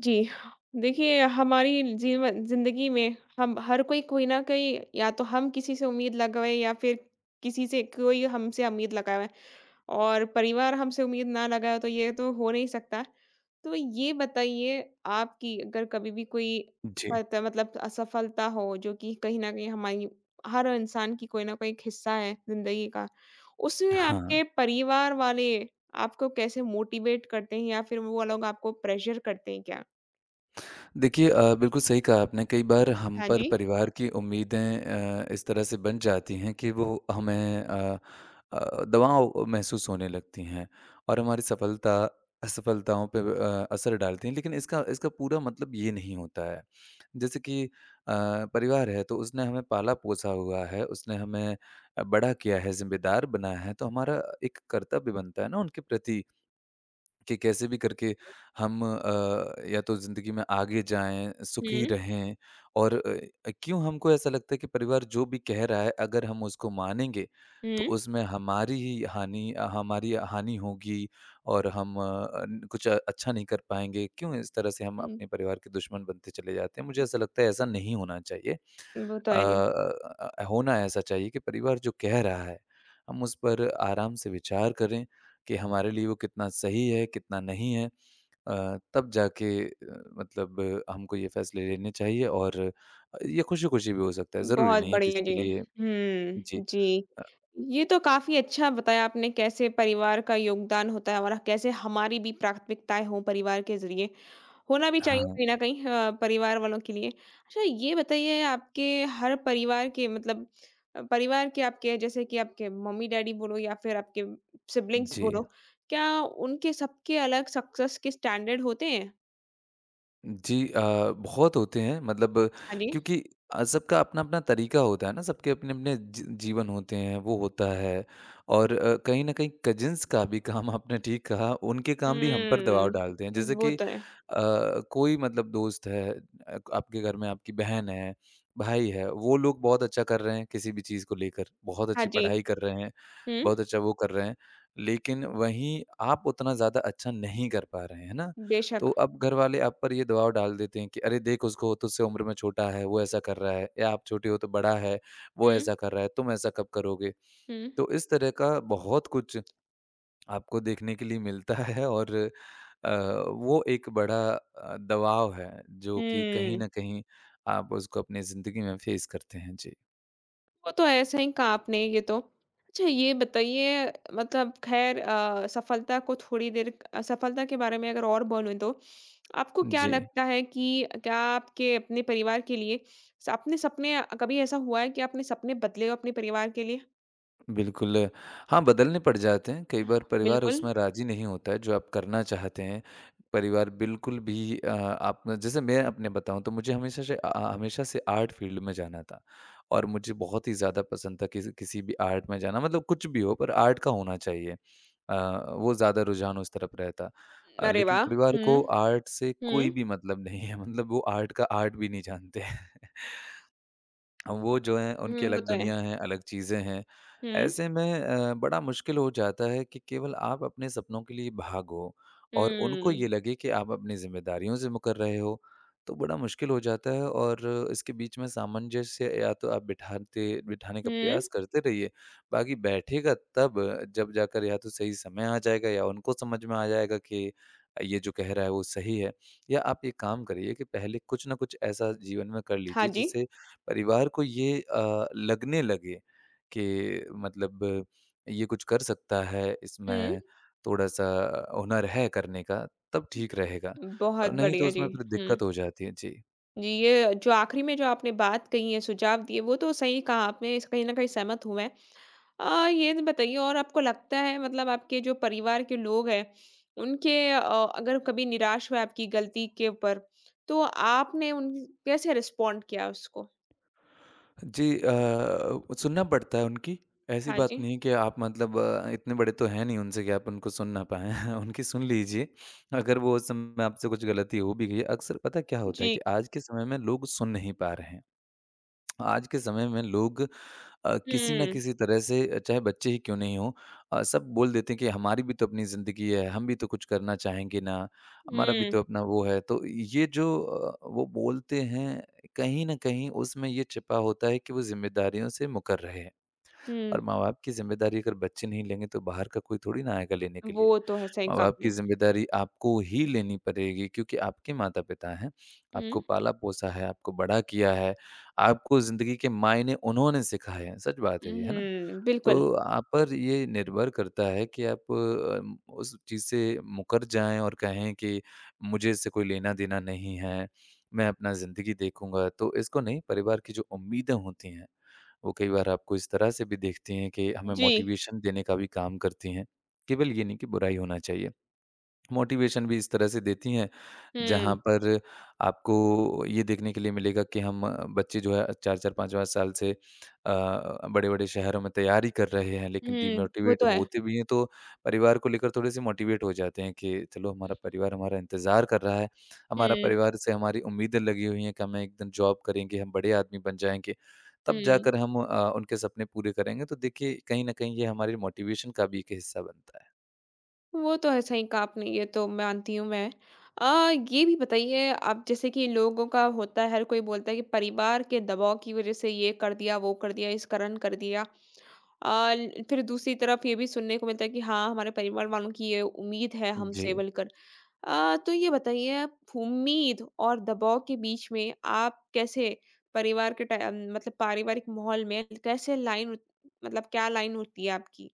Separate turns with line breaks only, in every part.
जी, देखिए हमारी जीवन ज़िंदगी में हम हर कोई कोई ना कहीं या तो हम किसी से उम्मीद लगाएँ या फिर किसी से कोई हमसे उम्मीद लगाए और परिवार हमसे उम्मीद ना लगाए तो ये तो हो नहीं सकता। तो ये बताइए आपकी अगर कभी भी कोई
जी,
पत मतलब असफलता हो जो कि कहीं न कहीं हमारी हर इंसान की कोई ना कोई एक हिस्सा है ज़िंदगी का, उसमें
हाँ।
आपके परिवार वाले आपको कैसे मोटिवेट करते हैं या फिर वो लोग आपको प्रेशर करते हैं क्या?
देखिए बिल्कुल सही कहा आपने, कई बार हम
हाँ
पर
जी।
परिवार की उम्मीदें इस तरह से बन जाती हैं कि वो हमें दबाव महसूस होने लगती हैं और हमारी सफलता असफलताओं पे असर डालती हैं। लेकिन इसका इसका पूरा मतलब ये नहीं होता है। जैसे कि परिवार है तो उसने हमें पाला-पोसा हुआ है, उसने हमें बड़ा किया है, ज़िम्मेदार बनाया है, तो हमारा एक कर्तव्य बनता है ना उनके प्रति कि कैसे भी करके हम या तो ज़िंदगी में आगे जाएँ, सुखी
हुँ,
रहें और क्यों हमको ऐसा लगता है कि परिवार जो भी कह रहा है अगर हम उसको मानेंगे, तो
हुँ।
उसमें हमारी हानि होगी और हम न कुछ अच्छा नहीं कर पाएँगे। क्यों इस तरह से हम
हुँ,
अपने परिवार के दुश्मन बनते चले जाते हैं? मुझे ऐसा लगता है ऐसा नहीं होना चाहिए।
वो तो है जी।
होना ऐसा चाहिए कि परिवार जो कह रहा है, हम उस पर आराम से विचार करें कि हमारे लिए वो कितना सही है, कितना नहीं है। तब जाके मतलब हमको ये फैसले लेने चाहिए और ये खुशी-खुशी भी हो सकता है, ज़रूरी
बहुत
नहीं है कि
बढ़िया
इसके
जी।
लिए।
हुँ,
जी।
जी।
अ,
ये तो काफ़ी अच्छा बताया आपने कैसे परिवार का योगदान होता है और कैसे हमारी भी प्राथमिकताएँ हों परिवार के ज़रिए। होना भी चाहिए
हाँ,
कहीं न कहीं परिवार वालों के लिए। अच्छा ये बताइए आपके हर परिवार के मतलब परिवार के आपके जैसे कि आपके मम्मी-डैडी बोलो या फिर आपके सिब्लिंग्स
जी।
बोलो, क्या उनके सबके अलग सक्सेस के स्टैंडर्ड होते हैं?
जी, बहुत होते हैं मतलब
हाँ जी।
क्योंकि सबका अपना-अपना तरीका होता है ना, सबके अपने-अपने जीवन होते हैं, वो होता है और कहीं न कहीं कज़िन्स का भी काम आपने ठीक कहा, उनके काम भी हम पर दबाव डालते हैं।
हुँ,
जैसे
वो
कि
तो है।
कोई मतलब दोस्त है, आपके घर में आपकी बहन है, भाई है, वो लोग बहुत अच्छा कर रहे हैं किसी भी चीज़ को लेकर, बहुत
हाँ
अच्छी
जी।
पढ़ाई कर रहे हैं,
हुँ,
बहुत अच्छा वो कर रहे हैं, लेकिन वहीं आप उतना ज़्यादा अच्छा नहीं कर पा रहे हैं, है ना?
बेशक।
तो अब घरवाले आप पर ये दबाव डाल देते हैं कि अरे देख उसको, वो तुझसे उम्र में छोटा है, वो ऐसा कर रहा है या आप छोटे हो तो बड़ा है, वो
हुँ,
ऐसा कर रहा है, तुम ऐसा कब करोगे?
हुँ,
तो इस तरह का बहुत कुछ आपको देखने के लिए मिलता है और अ, वो एक बड़ा दबाव है जो कि कहीं
हुँ।
न कहीं आप उसको अपनी ज़िंदगी में फेस करते हैं। जी।
वो तो है, सही कहा आपने ये तो। अच्छा ये बताइए मतलब ख़ैर सफलता को थोड़ी देर क सफलता के बारे में अगर और बोलूँ तो, आपको क्या
जी।
लगता है कि क्या आपके अपने परिवार के लिए स अपने सपने कभी ऐसा हुआ है कि आपने सपने बदले हो अपने परिवार के लिए?
बिल्कुल। हाँ, बदलने पड़ जाते हैं। कई बार परिवार
बिल्कुल।
उसमें राज़ी नहीं होता है जो आप करना चाहते हैं। परिवार बिल्कुल भी आप जैसे मैं अपने बताऊँ तो मुझे हमेशा से आर्ट फ़ील्ड में जाना था और मुझे बहुत ही ज़्यादा पसंद था किसी किसी भी आर्ट में जाना मतलब कुछ भी हो पर आर्ट का होना चाहिए। अ, वो ज़्यादा रुझान उस तरफ रहता।
अरे
लेकिन
वाह!
परिवार
हुँ,
को आर्ट से कोई
हुँ,
भी मतलब नहीं है मतलब वो आर्ट का आर्ट भी नहीं जानते। वो जो हैं उनकी
हुँ, वो
अलग
तो है।
दुनिया है, अलग चीज़ें हैं।
हुँ,
ऐसे में बड़ा मुश्किल हो जाता है कि केवल आप अपने सपनों के लिए भागो और उनको
हुँ,
ये लगे कि आप अपनी ज़िम्मेदारियों से मुकर रहे हो, तो बड़ा मुश्किल हो जाता है और इसके बीच में सामंजस्य या तो आप बिठाते बिठाने का
हुँ।
प्रयास करते रहिए, बाकी बैठेगा तब जब जाकर या तो सही समय आ जाएगा या उनको समझ में आ जाएगा कि ये जो कह रहा है वो सही है। या आप ये काम करिए कि पहले कुछ न कुछ ऐसा जीवन में कर
हाँ
लीजिए
जी।
जिससे परिवार को ये लगने लगे कि मतलब ये कुछ कर सकता है,
हुँ।
इसमें थोड़ा-सा हुनर है करने का, तब ठीक रहेगा।
बहुत
नहीं तो
बढ़िया जी।
उसमें फिर
हुँ।
दिक्कत हो जाती है। जी।
जी, ये जो आखिरी में जो आपने बात कही है, सुझाव दिए, वो तो सही कहा आपने, इस कहीं न कहीं सहमत हूँ मैं। ये बताइए और आपको लगता है मतलब आपके जो परिवार के लोग हैं, उनके अगर कभी निराश हुए आपकी गलती के ऊपर, तो आपने उन कैसे रिस्पॉन्ड किया उसको?
जी, सुनना पड़ता है उनकी, ऐसी
हाँ
बात
जी।
नहीं है कि आप मतलब इतने बड़े तो हैं नहीं उनसे कि आप उनको सुन ना पाएँ। उनकी सुन लीजिए, अगर वो उस समय आपसे कुछ गलती हो भी गई है। अक्सर पता क्या होता है
जी।
कि आज के समय में लोग सुन नहीं पा रहे हैं। आज के समय में लोग किसी न
हुँ।
किसी तरह से चाहे बच्चे ही क्यों नहीं हों, सब बोल देते हैं कि हमारी भी तो अपनी ज़िंदगी है, हम भी तो कुछ करना चाहेंगे ना, हमारा भी
हुँ,
तो अपना वो है। तो ये जो वो बोलते हैं, कहीं न कहीं उसमें ये छिपा होता है कि वो ज़िम्मेदारियों से मुकर रहे हैं
हुँ।
और माँ-बाप की ज़िम्मेदारी अगर बच्चे नहीं लेंगे तो बाहर का कोई थोड़ी ना आएगा लेने के लिए।
वो तो है, सही कहा
माँ-बाप की
आपने।
ज़िम्मेदारी आपको ही लेनी पड़ेगी क्योंकि आपके माता-पिता हैं,
हुँ।
आपको पाला-पोसा है, आपको बड़ा किया है, आपको ज़िंदगी के मायने उन्होंने सिखाए हैं, सच बात है ये, है ना?
हुँ, बिल्कुल।
तो आप पर ये निर्भर करता है कि आप उस चीज़ से मुकर जाएँ और कहें कि मुझे इससे कोई लेना-देना नहीं है, मैं अपना ज़िंदगी देखूँगा, तो इसको नहीं, परिवार की जो उम्मीदें होती हैं, वो कई बार आपको इस तरह से भी देखती हैं कि हमें
जी।
मोटिवेशन देने का भी काम करती हैं, केवल ये नहीं कि बुराई होना चाहिए। मोटिवेशन भी इस तरह से देती हैं, जहाँ
हुँ,
पर आपको ये देखने के लिए मिलेगा कि हम बच्चे जो है 4-4 5-5 साल से बड़े-बड़े शहरों में तैयारी कर रहे हैं, लेकिन
हुँ, वो
डिमोटिवेट
तो है।
होते भी हैं तो परिवार को लेकर थोड़े-से मोटिवेट हो जाते हैं कि चलो हमारा परिवार हमारा इंतज़ार कर रहा है, हमारा
हुँ।
परिवार से हमारी उम्मीदें लगी हुई हैं कि हम एक दिन जॉब करेंगे, हम बड़े आदमी बन जाएँगे, तब
हुँ,
जाकर हम उनके सपने पूरे करेंगे। तो देखिए, कहीं न कहीं ये हमारे मोटिवेशन का भी एक हिस्सा बनता है।
वो तो है, सही कहा आपने, ये तो मानती हूँ मैं। ये भी बताइए आप जैसे कि लोगों का होता है, हर कोई बोलता है कि परिवार के दबाव की वज़ह से ये कर दिया, वो कर दिया, इस कारण कर दिया। अ, ल फिर दूसरी तरफ ये भी सुनने को मिलता है कि हाँ, हमारे परिवार वालों की ये उम्मीद है
जी।
हमसे बोलकर। तो ये बताइए आप उम्मीद और दबाव के बीच में आप कैसे परिवार के टाइ मतलब पारिवारिक माहौल में कैसे लाइन मतलब क्या लाइन होती है आपकी?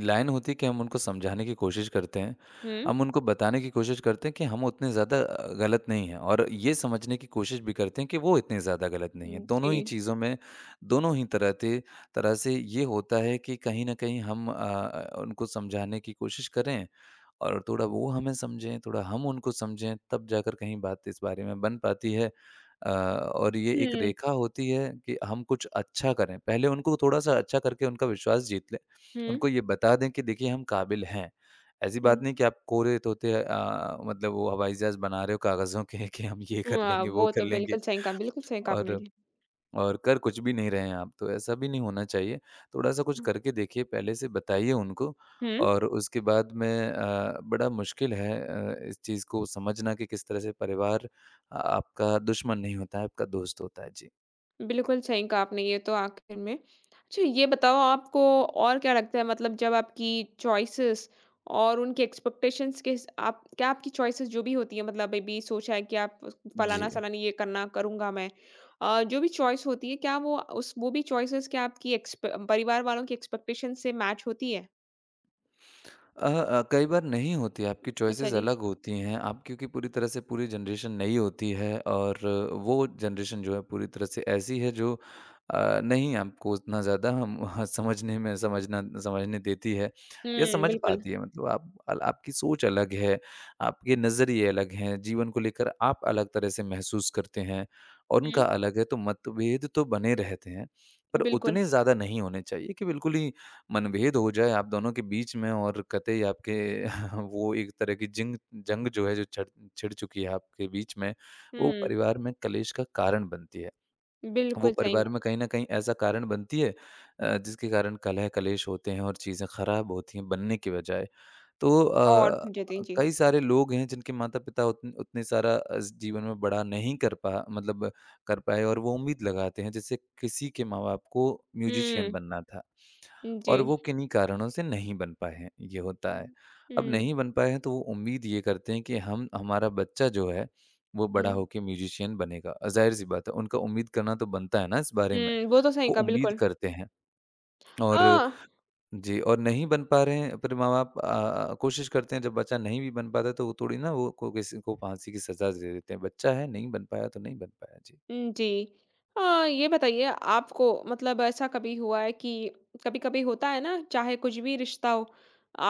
लाइन होती है कि हम उनको समझाने की कोशिश करते हैं,
हुँ,
हम उनको बताने की कोशिश करते हैं कि हम उतने ज़्यादा गलत नहीं हैं और ये समझने की कोशिश भी करते हैं कि वो इतने ज़्यादा गलत नहीं
हुँ,
हैं।
जी।
दोनों ही चीज़ों में दोनों ही तरह से ये होता है कि कहीं न कहीं हम उनको समझाने की कोशिश करें और थोड़ा वो हमें समझें, थोड़ा हम उनको समझें, तब जाकर कहीं बात इस बारे में बन पाती है। और ये एक रेखा होती है कि हम कुछ अच्छा करें, पहले उनको थोड़ा-सा अच्छा करके उनका विश्वास जीत लें।
हुँ,
उनको ये बता दें कि देखिए हम काबिल हैं। ऐसी
हुँ।
बात नहीं कि आप कोरे तोते मतलब वो हवाई जहाज़ बना रहे हो कागज़ों के कि हम ये कर
वाह!
लेंगे, वो
वो
कर
तो
लेंगे
बिल्कुल सही कहा आपने
और
जी।
और कर कुछ भी नहीं रहे हैं आप, तो ऐसा भी नहीं होना चाहिए। थोड़ा-सा कुछ करके देखिए, पहले से बताइए उनको
हुँ,
और उसके बाद में बड़ा मुश्किल है इस चीज़ को समझना कि किस तरह से परिवार आपका दुश्मन नहीं होता है, आपका दोस्त होता है। जी।
बिल्कुल सही कहा आपने ये तो आखिर में। अच्छा ये बताओ आपको और क्या लगता है मतलब जब आपकी चॉइसेस और उनके एक्सपेक्टेशंस के हिस आप क्या आपकी चॉइसेस जो भी होती हैं मतलब अभी सोचा है कि आप
जी।
फलाना-सलानी ये करना करूँगा मैं। जो भी चॉइस होती है क्या वो उस वो भी चॉइसेस क्या आपकी एक्सप परिवार वालों की एक्सपेक्टेशन से मैच होती है?
कई बार नहीं होती, आपकी
अच्छा
चॉइसेस
जी।
अलग होती हैं। आप क्योंकि पूरी तरह से पूरी जनरेशन नई होती है और वो जनरेशन जो है पूरी तरह से ऐसी है जो नहीं आपको उतना ज़्यादा हम समझने देती है या
हुँ,
समझ
बिल्कुल।
पाती है मतलब आप अल आपकी सोच अलग है, आपके नज़रिए अलग हैं, जीवन को लेकर आप अलग तरह से महसूस करते हैं और उनका
हुँ,
अलग है, तो मतभेद तो बने रहते हैं। पर
बिल्कुल।
उतने ज़्यादा नहीं होने चाहिए कि बिल्कुल ही मनभेद हो जाए आप दोनों के बीच में और कतई आपके वो एक तरह की जिंग जंग जो है जो छिड़ छिड़ चुकी है आपके बीच में, वो
हुँ,
परिवार में कलेश का कारण बनती है। वो
बिल्कुल सही
परिवार में कहीं न कहीं ऐसा कारण बनती है जिसके कारण कलह कलेश होते हैं और चीज़ें खराब होती हैं बनने के बजाय। तो
और देती जी।
कई सारे लोग हैं जिनके माता-पिता उतने सारा जीवन में बड़ा नहीं कर पा मतलब कर पाए और वो उम्मीद लगाते हैं जैसे किसी के माँ-बाप को म्यूजिशियन
हुँ,
बनना था।
जी।
और वो किन्हीं कारणों से नहीं बन पाए हैं, ये होता है।
हुँ,
अब
हुँ,
नहीं बन पाए हैं तो वो उम्मीद ये करते हैं कि हम हमारा बच्चा जो है वो
हुँ,
बड़ा होके म्यूज़िशियन बनेगा। ज़ाहिर-सी बात है उनका उम्मीद करना तो बनता है ना इस बारे में,
हुँ, वो तो सही
वो
कहा
उम्मीद
बिल्कुल।
करते हैं।
अ,
और जी, और नहीं बन पा रहे हैं फिर माँ-बाप कोशिश करते हैं जब बच्चा नहीं भी बन पाता तो वो थोड़ी ना वो को किसी को फांसी की सज़ा दे देते हैं। बच्चा है नहीं बन पाया तो नहीं बन पाया। जी।
जी। अ, ये बताइए आपको मतलब ऐसा कभी हुआ है कि कभी-कभी होता है ना, चाहे कुछ भी रिश्ता हो,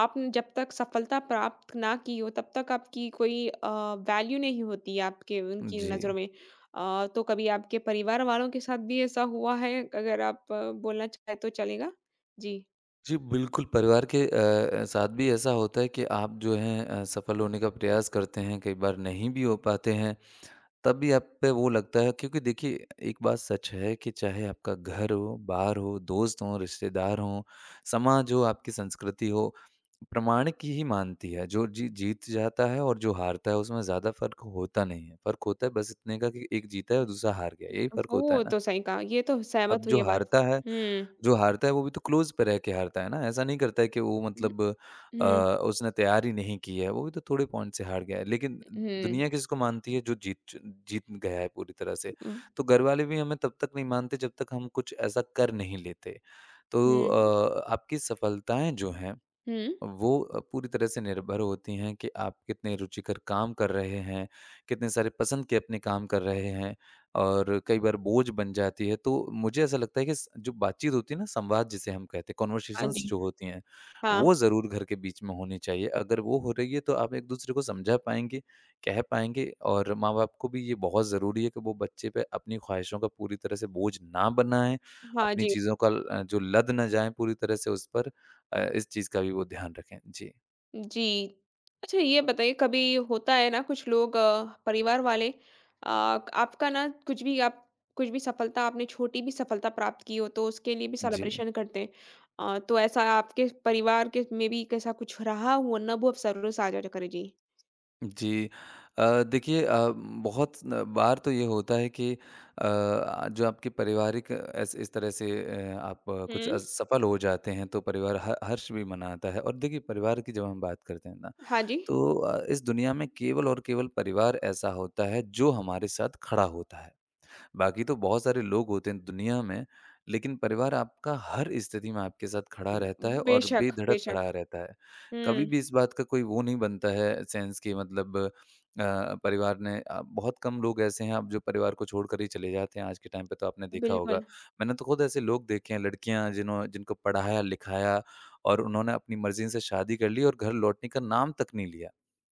आपने जब तक सफलता प्राप्त ना की हो, तब तक आपकी कोई वैल्यू नहीं होती आपके उनकी
जी।
नज़रों में। तो कभी आपके परिवार वालों के साथ भी ऐसा हुआ है? अगर आप बोलना चाहें तो चलेगा? जी।
जी, बिल्कुल, परिवार के साथ भी ऐसा होता है कि आप जो हैं सफल होने का प्रयास करते हैं, कई बार नहीं भी हो पाते हैं, तब भी आप पे वो लगता है क्योंकि देखिए, एक बात सच है कि चाहे आपका घर हो, बार हो, दोस्त हों, रिश्तेदार हों, समाज हो, आपकी संस्कृति हो, प्रमाणिक की ही मानती है। जो जीत जाता है और जो हारता है, उसमें ज़्यादा फ़र्क होता नहीं है। फ़र्क होता है बस इतने का कि एक जीता है और दूसरा हार गया, यही फ़र्क होता है
वो
ना?
तो सही कहा, ये तो
अब
सहमत हुई ये बात। हुँ।
जो हारता है वो भी तो क्लोज़ पे रह के हारता है ना, ऐसा नहीं करता है कि वो
हुँ,
अ,
हुँ,
उसने तैयारी नहीं की है, वो भी तो थोड़े पॉइंट से हार गया है। लेकिन
हुँ,
दुनिया किसको मानती है जो जीत गया है पूरी तरह से।
हुँ,
तो घरवाले भी हमें तब तक नहीं मानते जब तक हम कुछ ऐसा कर नहीं लेते।
हुँ,
आपकी सफलताएँ जो हैं
हुँ।
वो पूरी तरह से निर्भर होती हैं कि आप कितने रुचिकर काम कर रहे हैं, कितने सारे पसंद के अपने काम कर रहे हैं और कई बार बोझ बन जाती है। तो मुझे ऐसा लगता है कि स जो बातचीत होती है ना, संवाद जिसे हम कहते हैं,
हाँ
कन्वर्सेशंस
जी,
जो होती हैं,
हाँ,
वो ज़रूर घर के बीच में होनी चाहिए। अगर वो हो रही है तो आप एक-दूसरे को समझा पाएँगे, कह पाएँगे और माँ-बाप को भी ये बहुत ज़रूरी है कि वो बच्चे पे अपनी ख्वाहिशों का पूरी तरह से बोझ ना बनाएँ,
हाँ
अपनी
जी,
चीज़ों का जो लद ना जाएँ पूरी तरह से उस पर इस चीज़ का भी वो ध्यान रखें। जी,
जी। अच्छा ये बताइए कभी होता है ना कुछ लोग परिवार वाले आपका ना कुछ भी आप कुछ भी सफलता आपने छोटी भी सफलता प्राप्त की हो तो उसके लिए भी
जी,
सेलिब्रेशन करते हैं। तो ऐसा आपके परिवार के में भी कैसा कुछ रहा हो ना वो आप ज़रूर साझा करें? जी।
जी। देखिए बहुत न बार तो ये होता है कि जो आपके पारिवारिक ऐस इस तरह से आप कुछ
हुँ,
असफल हो जाते हैं तो परिवार ह हर्ष भी मनाता है और देखिए परिवार की जब हम बात करते हैं ना,
हाँ जी।
तो इस दुनिया में केवल और केवल परिवार ऐसा होता है जो हमारे साथ खड़ा होता है। बाकी तो बहुत सारे लोग होते हैं दुनिया में, लेकिन परिवार आपका हर स्थिति में आपके साथ खड़ा रहता है और
बेशक,
बेधड़क
बेशक।
खड़ा रहता है। कभी
हुँ।
भी इस बात का कोई वो नहीं बनता है सेंस कि मतलब अ, परिवार ने बहुत कम लोग ऐसे हैं अब जो परिवार को छोड़कर ही चले जाते हैं आज के टाइम पे तो आपने देखा होगा।
बिल्कुल।
मैंने तो खुद ऐसे लोग देखे हैं लड़कियाँ जिन्हों जिनको पढ़ाया-लिखाया और उन्होंने अपनी मर्ज़ी से शादी कर ली और घर लौटने का नाम तक नहीं लिया।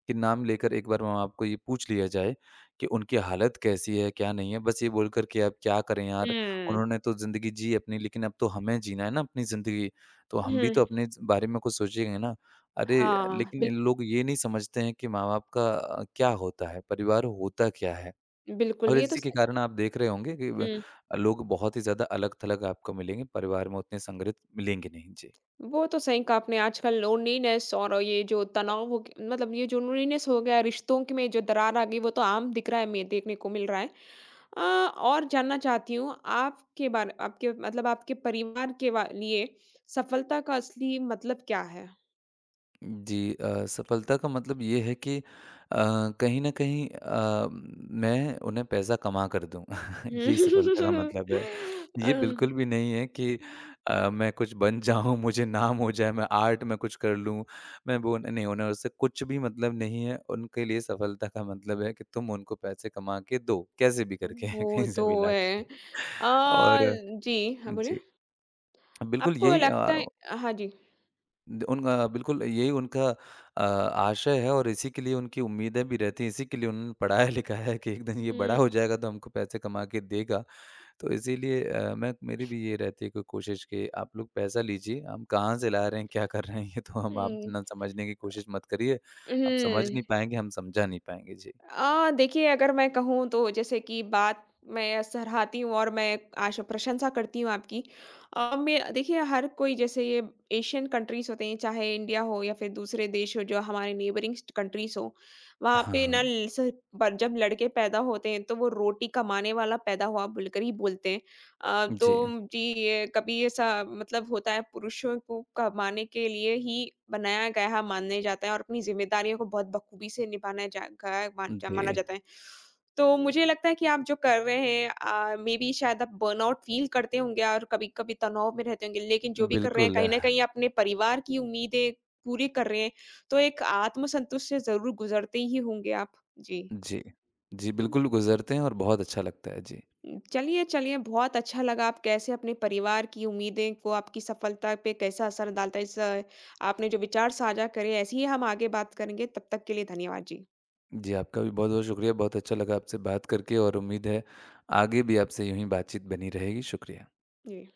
कि नाम लेकर एक बार वहाँ आपको ये पूछ लिया जाए कि उनकी हालत कैसी है, क्या नहीं है? बस ये बोलकर कि अब क्या करें यार,
हुँ।
उन्होंने तो ज़िंदगी जी अपनी, लेकिन अब तो हमें जीना है ना अपनी ज़िंदगी, तो हम भी
हुँ।
तो अपने ज बारे में कुछ सोचेंगे ना। अरे!
हाँ,
लेकिन इन लोग ये नहीं समझते हैं कि माँ-बाप का क्या होता है, परिवार होता क्या है?
बिल्कुल,
और
ये तो
इसी के
सही
कारण आप देख रहे होंगे कि ब
हुँ।
लोग बहुत ही ज़्यादा अलग-थलग आपको मिलेंगे, परिवार में उतने संगठित मिलेंगे नहीं। जी।
वो तो सही कहा आपने आजकल लोनलीनेस और ये जो तनाव हो ग मतलब ये जो लोनलीनेस हो गया, रिश्तों के में जो दरार आ गई वो तो आम दिख रहा है में देखने को मिल रहा है। अ, और जानना चाहती हूँ आपके बारे आपके मतलब आपके परिवार के वा लिए सफलता का असली मतलब क्या है?
जी सफलता का मतलब ये है कि कहीं न कहीं मैं उन्हें पैसा कमा कर दूँ यही सफलता का
हुँ।
मतलब है। ये
अम
बिल्कुल भी नहीं है कि मैं कुछ बन जाऊँ, मुझे नाम हो जाए, मैं आर्ट में कुछ कर लूँ, मैं वो नहीं उन्हें उससे कुछ भी मतलब नहीं है। उनके लिए सफलता का मतलब है कि तुम उनको पैसे कमा के दो, कैसे भी करके
वो
कहीं से
तो
भी
है।
लाके
अ,
और
जी, हाँ,
जी,
बोलिए।
बिल्कुल
आपको
यही
लगता
अ
है हाँ जी।
बिल्कुल यही उनका आशय है और इसी के लिए उनकी उम्मीदें भी रहती हैं, इसी के लिए उन्होंने पढ़ाया लिखा है कि एक दिन ये बड़ा
हुँ,
हो जाएगा तो हमको पैसे कमा के देगा। तो इसीलिए मैं मेरी भी ये रहती है कि कोशिश कि आप लोग पैसा लीजिए, हम कहाँ से ला रहे हैं, क्या कर रहे हैं, ये तो हम आप
हुँ।
ना समझने की कोशिश मत करिए। आप समझ
हुँ।
नहीं पाएँगे, हम समझा नहीं पाएँगे। जी।
देखिए अगर मैं कहूँ तो जैसे कि बात मैं सराहती हूँ और मैं आशा प्रशंसा करती हूँ आपकी। मैं देखिए हर कोई जैसे ये एशियन कंट्रीज़ होते हैं, चाहे इंडिया हो या फिर दूसरे देश हो जो हमारे नेबरिंग कंट्रीज़ हो। वहाँ
हाँ,
पे ना
हाँ।
ल स ब जब लड़के पैदा होते हैं तो वो रोटी कमाने वाला पैदा हुआ बोलकर ही बोलते हैं। तो
जी,
जी, ये कभी ऐसा मतलब होता है पुरुषों को कमाने के लिए ही बनाया गया माने जाता है और अपनी ज़िम्मेदारियों को बहुत बखूबी से निभाना जा गया
जी।
माना जाता है। तो मुझे लगता है कि आप जो कर रहे हैं मेबी शायद आप बर्नआउट फ़ील करते होंगे और कभी-कभी तनाव में रहते होंगे, लेकिन जो भी कर रहे हैं
बिल्कुल।
कहीं न कहीं अपने परिवार की उम्मीदें पूरी कर रहे हैं, तो एक आत्मसंतुष्ट से ज़रूर गुज़रते ही होंगे आप। जी।
जी। जी, बिल्कुल गुज़रते हैं और बहुत अच्छा लगता है। जी।
चलिए, चलिए बहुत अच्छा लगा आप कैसे अपने परिवार की उम्मीदें को आपकी सफलता पे कैसा असर डालता है, इस आपने जो विचार साझा करे ऐसे ही हम आगे बात करेंगे। तब तक के लिए धन्यवाद जी।
जी, आपका भी बहुत-बहुत शुक्रिया। बहुत अच्छा लगा आपसे बात करके और उम्मीद है आगे भी आपसे यूँ ही बातचीत बनी रहेगी। शुक्रिया।
जी।